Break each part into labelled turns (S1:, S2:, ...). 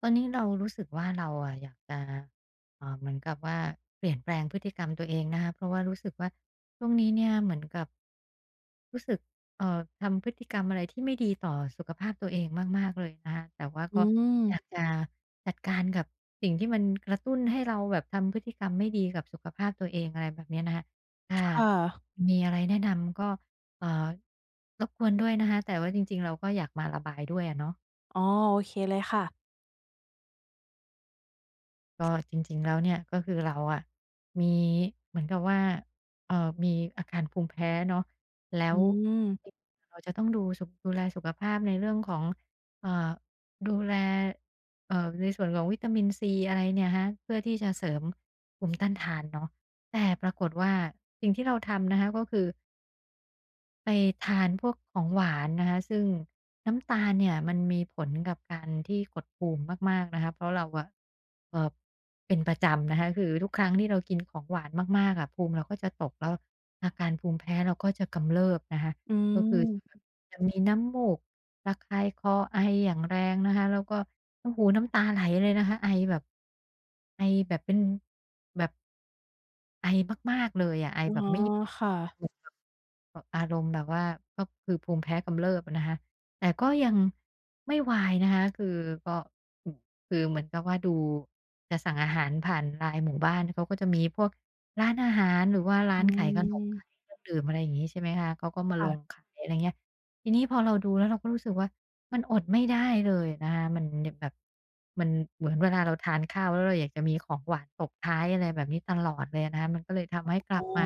S1: ตอนนี้เรารู้สึกว่าเราอะอยากจะเอ่าเหมือนกับว่าเปลี่ยนแปลงพฤติกรรมตัวเองนะคะเพราะว่ารู้สึกว่าช่วงนี้เนี่ยเหมือนกับรู้สึกทำพฤติกรรมอะไรที่ไม่ดีต่อสุขภาพตัวเองมากๆเลยนะคะแต่ว่า
S2: อื
S1: ก็อยาก
S2: ม
S1: จะจัดการกับสิ่งที่มันกระตุ้นให้เราแบบทำพฤติกรรมไม่ดีกับสุขภาพตัวเองอะไรแบบเนี้ยนะคะถ้า
S2: ค่ะ
S1: มีอะไรแนะนำก็เอ่อรบกวนด้วยนะคะแต่ว่าจริงๆเราก็อยากมาระบายด้วยอะเนาะ
S2: อ๋อโอเคเลยค่ะ
S1: ก็จริงๆแล้วเนี่ยก็คือเราอะมีเหมือนกับว่ามีอาการภูมิแพ้เนาะแล้ว
S2: อืม
S1: เราจะต้องดูสุขดูแลสุขภาพในเรื่องของเอ่อดูแลในส่วนของวิตามินซีอะไรเนี่ยครับเพื่อที่จะเสริมภูมิต้านทานเนาะแต่ปรากฏว่าสิ่งที่เราทำนะคะก็คือ ไปทานพวกของหวานนะคะซึ่งน้ำตาลเนี่ยมันมีผลกับการที่กดภูมิมากๆนะคะเพราะเราอะเอ่อเป็นประจำนะคะคือทุกครั้งที่เรากินของหวานมากๆอะภูมิเราก็จะตกแล้วอาการภูมิแพ้เราก็จะกำเริบนะคะ
S2: อื
S1: ก็คือจะแบบ
S2: ม
S1: จะมีน้ำมูกระคายคอไออย่างแรงนะคะแล้วก็โอ้โฮน้ำตาไหลเลยนะคะไอแบบไอแบบเป็นแบบไอ
S2: อ๋อค่ะ
S1: เหมือนแบบแบบอารมณ์แบบว่าก็คือภูมิแพ้กำเริบอะนะคะแต่ก็ยังไม่วายนะคะคือก็อือคือเหมือนกับว่าดูจะสั่งอาหารผ่าน LINE หมู่บ้านเขาก็จะมีพวกร้านอาหารหรือว่าร้า
S2: อื
S1: นขายขนมขาย
S2: ม
S1: เครื่องดื่มอะไรอย่างงี้ใช่ไหมคะเขาก็มาลง
S2: ค่ะ
S1: ขายอะไรเงี้ยทีนี้พอเราดูแล้วเราก็รู้สึกว่า มันอดไม่ได้เลยนะคะมันเแบบมันเหมือนเวลาเราทานข้าวแล้วเราอยากจะมีของหวานตบท้ายอะไรแบบนี้ตลอดเลยนะคะมันก็เลยทำให้กลั
S2: อ๋อ
S1: บมา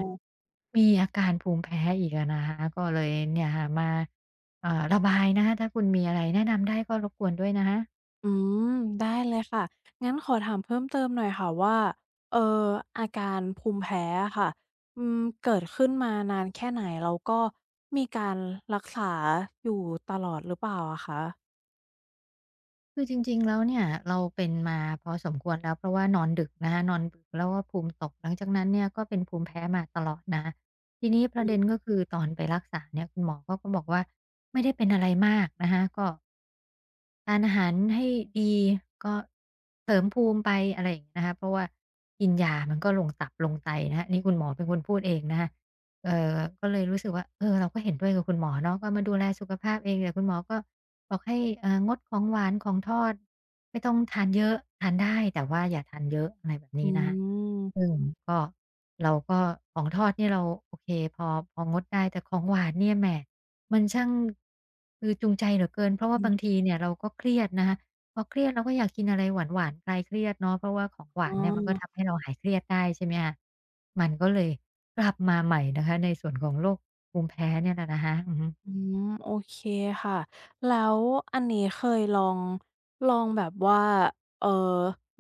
S1: มีอาการภูมิแพ้อีกอะนะคะก็เลยเนี่ยค่ะมาระบายนะคะถ้าคุณมีอะไรแนะนำได้ก็รบกวนด้วยนะคะ
S2: อืม ได้เลยค่ะ งั้นขอถามเพิ่มเติมหน่อยค่ะว่าเอ่ออาการภูมิแพ้อะค่ะอืมเกิดขึ้นมานานแค่ไหนแล้วก็มีการรักษาอยู่ตลอดหรือเปล่าอะคะ
S1: คือจริงๆแล้วเนี่ยเราเป็นมาพอสมควรแล้วเพราะว่านอนดึกนะคะนอนดึกแล้วก็ภูมิตกหลังจากนั้นเนี่ยก็เป็นภูมิแพ้มาตลอดนะคะทีนี้ประเด็นก็คือตอนไปรักษาเนี่ยคุณหมอเขาก็บอกว่าไม่ได้เป็นอะไรมากนะคะก็ทานอาหารให้ดีก็เสริมภูมิไปอะไรอย่างงี้นะคะเพราะว่ากินยามันก็ลงตับลงไตนะคะอนี่คุณหมอเป็นคนพูดเองนะคะก็เลยรู้สึกว่าเออเราก็เห็นด้วยกับคุณหมอเนาะก็มาดูแลสุขภาพเองแต่คุณหมอก็ บอกให้อ่างดของหวานของทอดไม่ต้องทานเยอะทานได้แต่ว่าอย่าทานเยอะอะไรแบบ
S2: อื
S1: นี้นะคะซึ่ง
S2: ม
S1: ก็เราก็ของทอดนี่เราโอเคพอพองดได้แต่ของหวานเนี่ยแหมมันช่างคือจูงใจเหลือเกินเพราะว่าบางทีเนี่ยเราก็เครียดนะคะพอเครียดเราก็อยากกินอะไรหวานๆคลายเครียดเนาะเพราะว่าของหวา
S2: อ๋อ
S1: นเนี่ยมันก็ทำให้เราหายเครียดได้ใช่ไหมคะมันก็เลยกลับมาใหม่นะคะในส่วนของโรคภูมิแพ้เนี่ยแหละนะคะอือฮึ
S2: อืมโอเคค่ะแล้วอันนี้เคยลองลองแบบว่าเอ่อ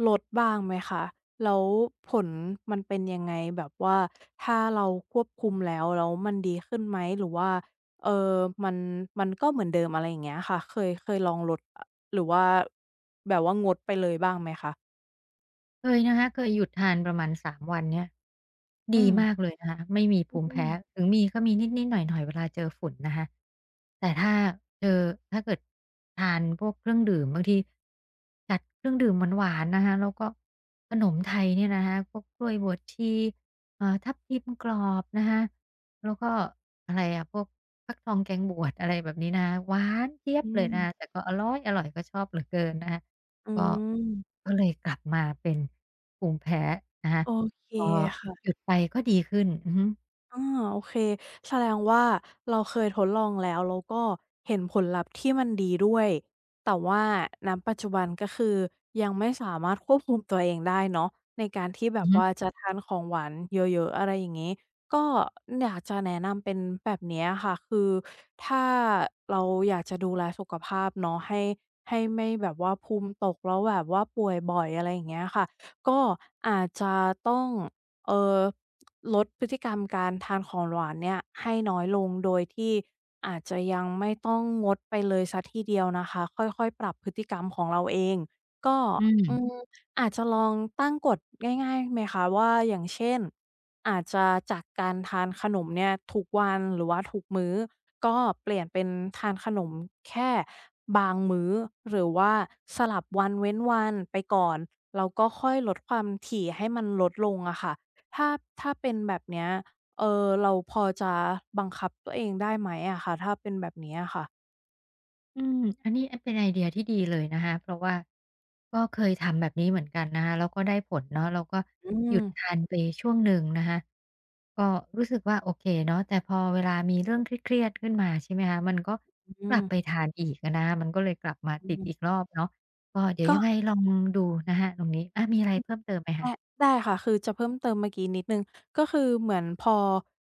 S2: ลดบ้างไหมคะแล้วผลมันเป็นยังไงแบบว่าถ้าเราควบคุมแล้วแล้วมันดีขึ้นไหมหรือว่าเอ่อมันมันก็เหมือนเดิมอะไรอย่างเงี้ยค่ะเคยลองลดอหรือว่าแบบว่างดไปเลยบ้างไหมคะ
S1: เคยนะคะเคยหยุดทานประมาณ3วันเนี่ย
S2: อื
S1: ดี
S2: ม
S1: มากเลยนะคะไม่มีภูมิ
S2: อืม
S1: แพ้ถึงมีก็มีนิดๆหน่อยๆเวลาเจอฝุ่นนะคะแต่ถ้าเจอถ้าเกิดทานพวกเครื่องดื่มบางทีจัดเครื่องดื่มหวานๆนะคะแล้วก็ขนมไทยเนี่ยนะคะพวกกล้วยบวชชีทับทิมกรอบนะคะแล้วก็อะไรอะพวกฟักทองแกงบวชอะไรแบบนี้นะคะหวานเจี๊ยบ
S2: อื
S1: เลย
S2: ม
S1: นะคะแต่ก็อร้อยอร่อยก็ชอบเหลือเกินนะคะ
S2: อื
S1: ก็
S2: ม
S1: ก็เลยกลับมาเป็นภูมิแพ้นะคะ
S2: โอเค
S1: พอหยุ
S2: ค่ะ
S1: ดไปก็ดีขึ้นอือฮึ
S2: อาโอเคแสดงว่าเราเคยทดลองแล้วแล้วก็เห็นผลลัพธ์ที่มันดีด้วยแต่ว่าณปัจจุบันก็คือยังไม่สามารถควบคุมตัวเองได้เนาะในการที่แบ
S1: อือ
S2: บ
S1: ฮึ
S2: ว่าจะทานของหวานเยอะๆอะไรอย่างงี้ก็อยากจะแนะนำเป็นแบบเนี้ยค่ะคือถ้าเราอยากจะดูแลสุขภาพเนาะให้ไม่แบบว่าภูมิตกแล้วแบบว่าป่วยบ่อยอะไรอย่างเงี้ยค่ะก็อาจจะต้องเอ่อ ลดพฤติกรรมการทานของหวานเนี่ยให้น้อยลงโดยที่อาจจะยังไม่ต้องงดไปเลยเสียทีเดียวนะคะค่อยๆปรับพฤติกรรมของเราเองก็
S1: อืม
S2: อืมอาจจะลองตั้งกฎง่ายๆไหมคะว่าอย่างเช่นอาจจะจากการทานขนมเนี่ยทุกวันหรือว่าทุกมื้อก็เปลี่ยนเป็นทานขนมแค่บางมื้อหรือว่าสลับวันเว้นวันไปก่อนแล้วก็ค่อยลดความถี่ให้มันลดลงอะค่ะ ถ้าถ้าเป็นแบบเนี้ยเอ่อเราพอจะบังคับตัวเองได้ไหมอะคะถ้าเป็นแบบนี้อะค่ะ
S1: อืมอันนี้อันเป็นไอเดียที่ดีเลยนะคะเพราะว่าก็เคยทำแบบนี้เหมือนกันนะคะแล้วก็ได้ผลเนาะเราก็
S2: อื
S1: หยุ
S2: ม
S1: ดทานไปช่วงหนึ่งนะคะก็รู้สึกว่าโอเคเนาะแต่พอเวลามีเรื่องเครียดๆขึ้นมาใช่ไหมคะมันก็ก
S2: อื
S1: ลับไป
S2: ม
S1: ทานอีกอะนะคะมันก็เลยกลับมา
S2: อื
S1: ติดอีก
S2: ม
S1: รอบเนาะก็เดี๋ยว
S2: ก็
S1: ยังไงลองดูนะคะตรงนี้อามีอะไรเพิ่มเติมไหมคะ
S2: ได้ได้ค่ะคือจะเพิ่มเติมเมื่อกี้นิดหนึ่งก็คือเหมือนพอ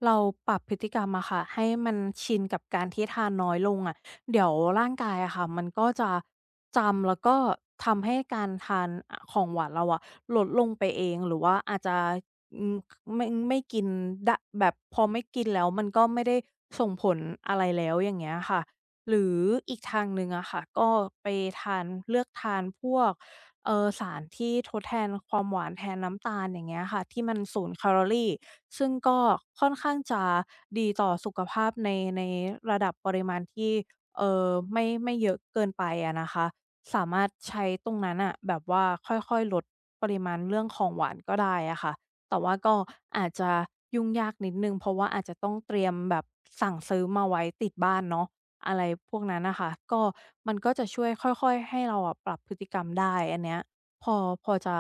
S2: เราปรับพฤติกรรมอะค่ะให้มันชินกับการที่ทานน้อยลงอะเดี๋ยวร่างกายอะค่ะมันก็จะจำแล้วก็ทำให้การทานอของหวานเราอะลดลงไปเองหรือว่าอาจจะอืมไม่กินดะแบบพอไม่กินแล้วมันก็ไม่ได้ส่งผลอะไรแล้วอย่างเงี้ยค่ะหรืออีกทางหนึ่งอะค่ะก็ไปทานเลือกทานพวก สารที่ทดแทนความหวานแทนน้ำตาลอย่างเงี้ยค่ะที่มัน0แคลอรีซึ่งก็ค่อนข้างจะดีต่อสุขภาพในระดับปริมาณที่เอ่อไม่เยอะเกินไปอะนะคะสามารถใช้ตรงนั้นน่ะแบบว่าค่อยๆลดปริมาณเรื่องของหวานก็ได้อะค่ะแต่ว่าก็อาจจะยุ่งยากนิดหนึ่งเพราะว่าอาจจะต้องเตรียมแบบสั่งซื้อมาไว้ติดบ้านเนาะ อะไรพวกนั้นนะคะก็มันก็จะช่วยค่อยๆให้เราอะปรับพฤติกรรมได้อันเนี้ยพอพอจะ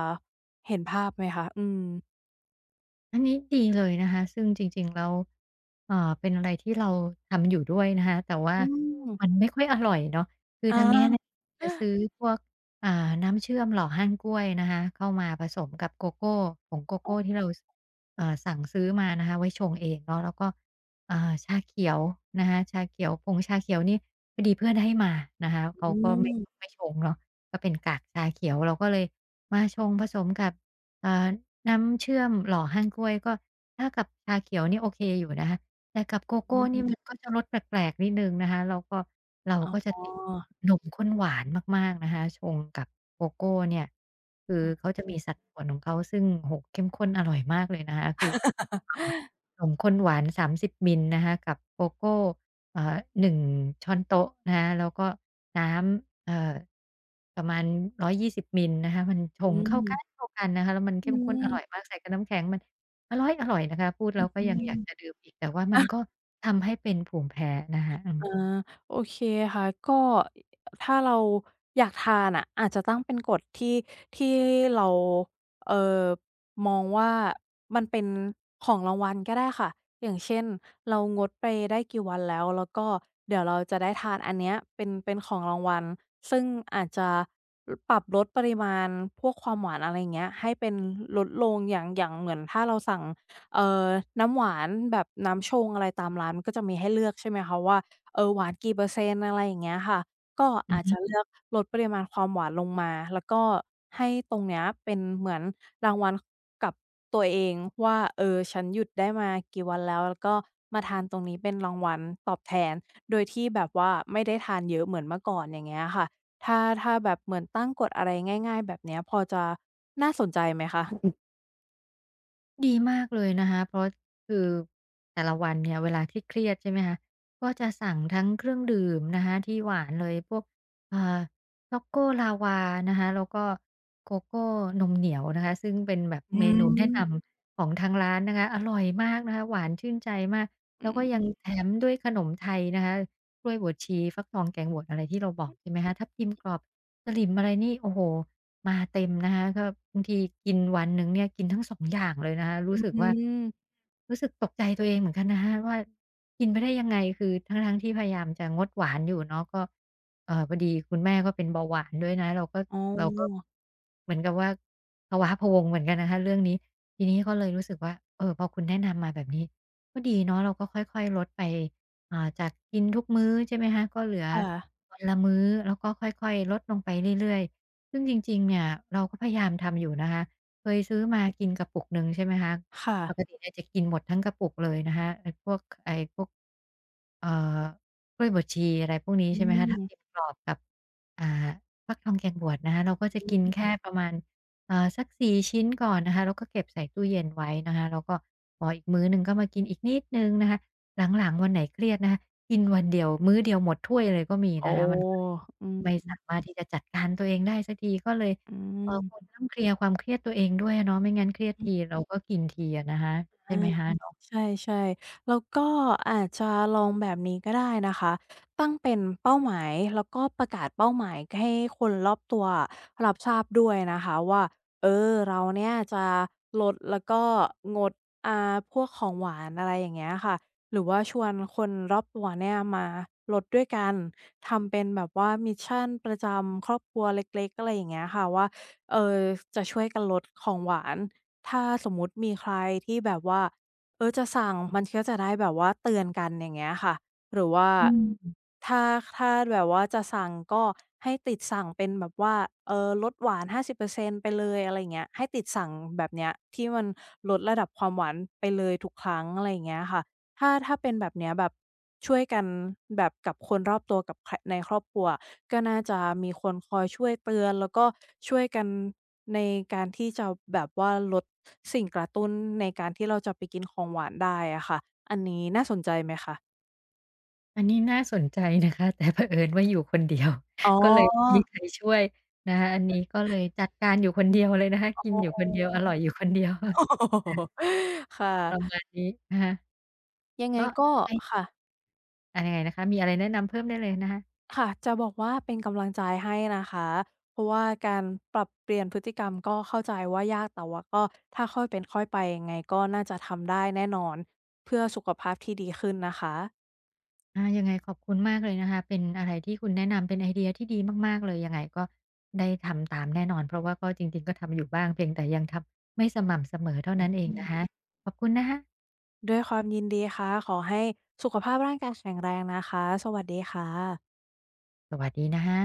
S2: เห็นภาพไหมคะอืม
S1: อันนี้ดีเลยนะคะซึ่งจริงๆแล้วเป็นอะไรที่เราทำอยู่ด้วยนะคะแต่ว่า
S2: อื
S1: มัน
S2: ม
S1: ไม่ค่อยอร่อยเนาะคือทา
S2: อา
S1: งเนี่ยจะซื้อพวกอ่าน้ำเชื่อมหล่อห้างกล้วยนะคะเข้ามาผสมกับโกโก้ผงโกโก้ที่เราสสั่งซื้อมานะคะไว้ชงเองเนาะแล้วก็อ่าชาเขียวนะคะชาเขียวผงชาเขียวนี่พอดีเพื่อนให้มานะคะเขา
S2: อื
S1: ก็ไม่
S2: ม
S1: ไม่ชงเนาะก็เป็นกากชาเขียวเราก็เลยมาชงผสมกับเอ่อ น้ำเชื่อมหล่อฮั่นก๊้วยก็ถ้ากับชาเขียวนี่โอเคอยู่นะคะแต่กับโกโก้
S2: อื
S1: นี่มัน
S2: ม
S1: ก็จะรสแปลกๆนิดหนึ่งนะคะแล้วก็เรา
S2: อ๋
S1: ก็จะ
S2: อ
S1: ติดนมข้นหวานมากๆนะคะชงกับโกโก้เนี่ยคือ
S2: อา
S1: เขาจะมีสัดส่วนของเขาซึ่งโอ้โฮเข้มข้นอร่อยมากเลยนะคะคืออ่านมข้นหวาน30มสิบมิลลิลิตรนะคะกับโกโก้หนึ่งช้อนโต๊ะนะคะแล้วก็ น้ำประมาณ120มิลนะคะมันช
S2: อื
S1: งเข้ากัน
S2: ม
S1: เข้ากันนะคะแล้วมัน
S2: อื
S1: เข้มข้นอร่อย
S2: ม
S1: มากใส่กับน้ำแข็งมันอร่อยนะคะพูดแล้
S2: อ
S1: วก็ยังอยากจะ
S2: ื
S1: ดื่มอีกแต่ว่ามั
S2: ม
S1: นก็ทำให้เป็นภูมิแพ้นะคะอืม
S2: อาโอเคค่ะก็ถ้าเราอยากทานอะอาจจะตั้งเป็นกฎที่เราเอ่อมองว่ามันเป็นของรางวัลก็ได้ค่ะอย่างเช่นเรางดไปได้กี่วันแล้วแล้วก็เดี๋ยวเราจะได้ทานอันเนี้ยเป็นของรางวัลซึ่งอาจจะลปรับลดปริมาณพวกความหวานอะไรอย่างเงี้ยให้เป็นลดลงอย่างเหมือนถ้าเราสั่งเอ่อน้ำหวานแบบน้ำชงอะไรตามร้านมันก็จะมีให้เลือกใช่ไหมคะว่า เออหวานกี่เปอร์เซ็นต์อะไรอย่างเงี้ยค่ะก็
S1: อือ
S2: อาจ
S1: ฮึ
S2: จะเลือกลดปริมาณความหวานลงมาแล้วก็ให้ตรงเนี้ยเป็นเหมือนรางวัลกับตัวเองว่าเออฉันหยุดได้มากี่วันแล้วแล้วก็มาทานตรงนี้เป็นรางวัลตอบแทนโดยที่แบบว่าไม่ได้ทานเยอะเหมือนเมื่อก่อนอย่างเงี้ยค่ะถ้าแบบเหมือนตั้งกฎอะไรง่ายๆแบบเนี้ยพอจะน่าสนใจไหมคะ
S1: ดีมากเลยนะคะเพราะคือแต่ละวันเนี่ยเวลาที่เครียดใช่ไหมคะก็จะสั่งทั้งเครื่องดื่มนะคะที่หวานเลยพวกเอ่าช็อกโกลาวานะคะแล้วก็โกโก้นมเหนียวนะคะซึ่งเป็นแบบ
S2: อ
S1: เมนูแนะน
S2: ื
S1: ำของทางร้านนะคะอร่อยมากนะคะหวานชื่นใจมากแล้วก็ยังแถมด้วยขนมไทยนะคะกล้วยบวชชีฟักทองแกงบวชอะไรที่เราบอกใช่ไหมคะทับทิมกรอบ สลิมอะไรนี่โอ้โฮมาเต็มนะคะก็บางทีกินวันหนึ่งเนี่ยกินทั้งสองอย่างเลยนะคะ
S2: มอื
S1: รู้
S2: ม
S1: สึก
S2: อื
S1: ว่า
S2: ม
S1: รู้สึกตกใจตัวเองเหมือนกันนะคะว่ากินไปได้ยังไงคือทั้งๆที่พยายามจะงดหวานอยู่เนาะก็พอดีคุณแม่ก็เป็นเบาหวานด้วยนะเราก็
S2: อ๋
S1: เราก็
S2: อ
S1: เหมือนกับว่าพะว้าพะวังเหมือนกันนะคะเรื่องนี้ทีนี้ก็เลยรู้สึกว่าเออพอคุณแนะนำมาแบบนี้ก็ดีเนาะเราก็ค่อยๆลดไปจากกินทุกมื้อใช่ไหมคะก็เหลือ
S2: ค่ะ
S1: วันละมื้อแล้วก็ค่อยๆลดลงไปเรื่อยๆซึ่งจริงๆเนี่ยเราก็พยายามทำอยู่นะคะเคยซื้อมากินกระปุกหนึ่งใช่ไหมคะ
S2: ค่ะ
S1: ปกติเนี่ยจะกินหมดทั้งกระปุกเลยนะคะไอ้พวกเอ่อกล้วยบวชชีอะไรพวกนี้
S2: อื
S1: ใช่ไหมคะทั
S2: ม
S1: บทิมกรอบกับอ่าฟักทองแกงบวชนะคะเราก็จะกินแค่ประมาณสัก4ชิ้นก่อนนะคะแล้วก็เก็บใส่ตู้เย็นไว้นะคะแล้วก็พออีกมื้อหนึ่งก็มากินอีกนิดหนึ่งนะคะ หลังๆวันไหนเครียดนะคะกินวันเดียวมื้อเดียวหมดถ้วยเลยก็มี
S2: โอ้
S1: นะคะมัน
S2: อืม
S1: ไม่สามารถที่จะจัดการตัวเองได้สักทีก็เลย
S2: อื
S1: ควร
S2: ม
S1: ต้องเคลียร์ความเครียดตัวเองด้วยอะเนาะไม่งั้นเครียด
S2: อื
S1: ที
S2: อ
S1: เราก็กินทีอะนะคะใช่
S2: อา
S1: ไหมคะเนาะ
S2: ใช่ๆแล้วก็อาจจะลองแบบนี้ก็ได้นะคะตั้งเป็นเป้าหมายแล้วก็ประกาศเป้าหมายให้คนรอบตัวอะรับทราบด้วยนะคะว่าเออเราเนี่ยจะลดแล้วก็งดอ่าพวกของหวานอะไรอย่างเงี้ยค่ะหรือว่าชวนคนรอบตัวเนี่ยมาลดด้วยกันทำเป็นแบบว่ามิชชันประจำครอบครัวเล็กๆอะไรอย่างเงี้ยค่ะว่าเอ่อจะช่วยกันลดของหวาน ถ้าสมมุติมีใครที่แบบว่าเออจะสั่งมันก็จะได้แบบว่าเตือนกันอย่างเงี้ยค่ะหรือว่า
S1: อืม
S2: ถ้าถ้าแบบว่าจะสั่งก็ให้ติดสั่งเป็นแบบว่าเออลดหวาน50%ไปเลยอะไรอย่างเงี้ยให้ติดสั่งแบบเนี้ยที่มันลดระดับความหวานไปเลยทุกครั้งอะไรอย่างเงี้ยค่ะ ถ้าเป็นแบบเนี้ยแบบช่วยกันแบบกับคนรอบตัวกับคในครอบครัวก็น่าจะมีคนคอยช่วยเตือนแล้วก็ช่วยกันในการที่จะแบบว่าลดสิ่งกระตุ้นในการที่เราจะไปกินของหวานได้อะค่ะอันนี้น่าสนใจไหมคะ
S1: อันนี้น่าสนใจนะคะแต่เผอิญว่าอยู่คนเดียว
S2: อ๋
S1: ก็เลยไม่มี
S2: อ
S1: ใครช่วยนะคะอันนี้ก็เลยจัดการอยู่คนเดียวเลยนะคะ
S2: อ๋อ
S1: กินอยู่คนเดียวอร่อยอยู่คนเดียวค่ะ
S2: ๆ ค่ะ
S1: ประมาณนี้นะคะ
S2: ยังไง
S1: ก็
S2: ก็
S1: ยังไง
S2: ค่ะ
S1: อายังไงนะคะมีอะไรแนะนำเพิ่มได้เลยนะคะ
S2: ค่ะจะบอกว่าเป็นกำลังใจให้นะคะเพราะว่าการปรับเปลี่ยนพฤติกรรมก็เข้าใจว่ายากแต่ว่าก็ถ้าค่อยเป็นค่อยไปยังไงก็น่าจะทำได้แน่นอนเพื่อสุขภาพที่ดีขึ้นนะคะ
S1: อายังไงขอบคุณมากเลยนะคะเป็นอะไรที่คุณแนะนำเป็นไอเดียที่ดีมากๆเลยยังไงก็ได้ทำตามแน่นอนเพราะว่าก็จริงๆก็ทำอยู่บ้างเพียงแต่ยังทำไม่สม่ำเสมอเท่านั้นเองนะคะขอบคุณนะคะ
S2: ด้วยความยินดีค่ะขอให้สุขภาพร่างกายแข็งแรงนะคะสวัสดีค่ะ
S1: สวัสดีนะคะ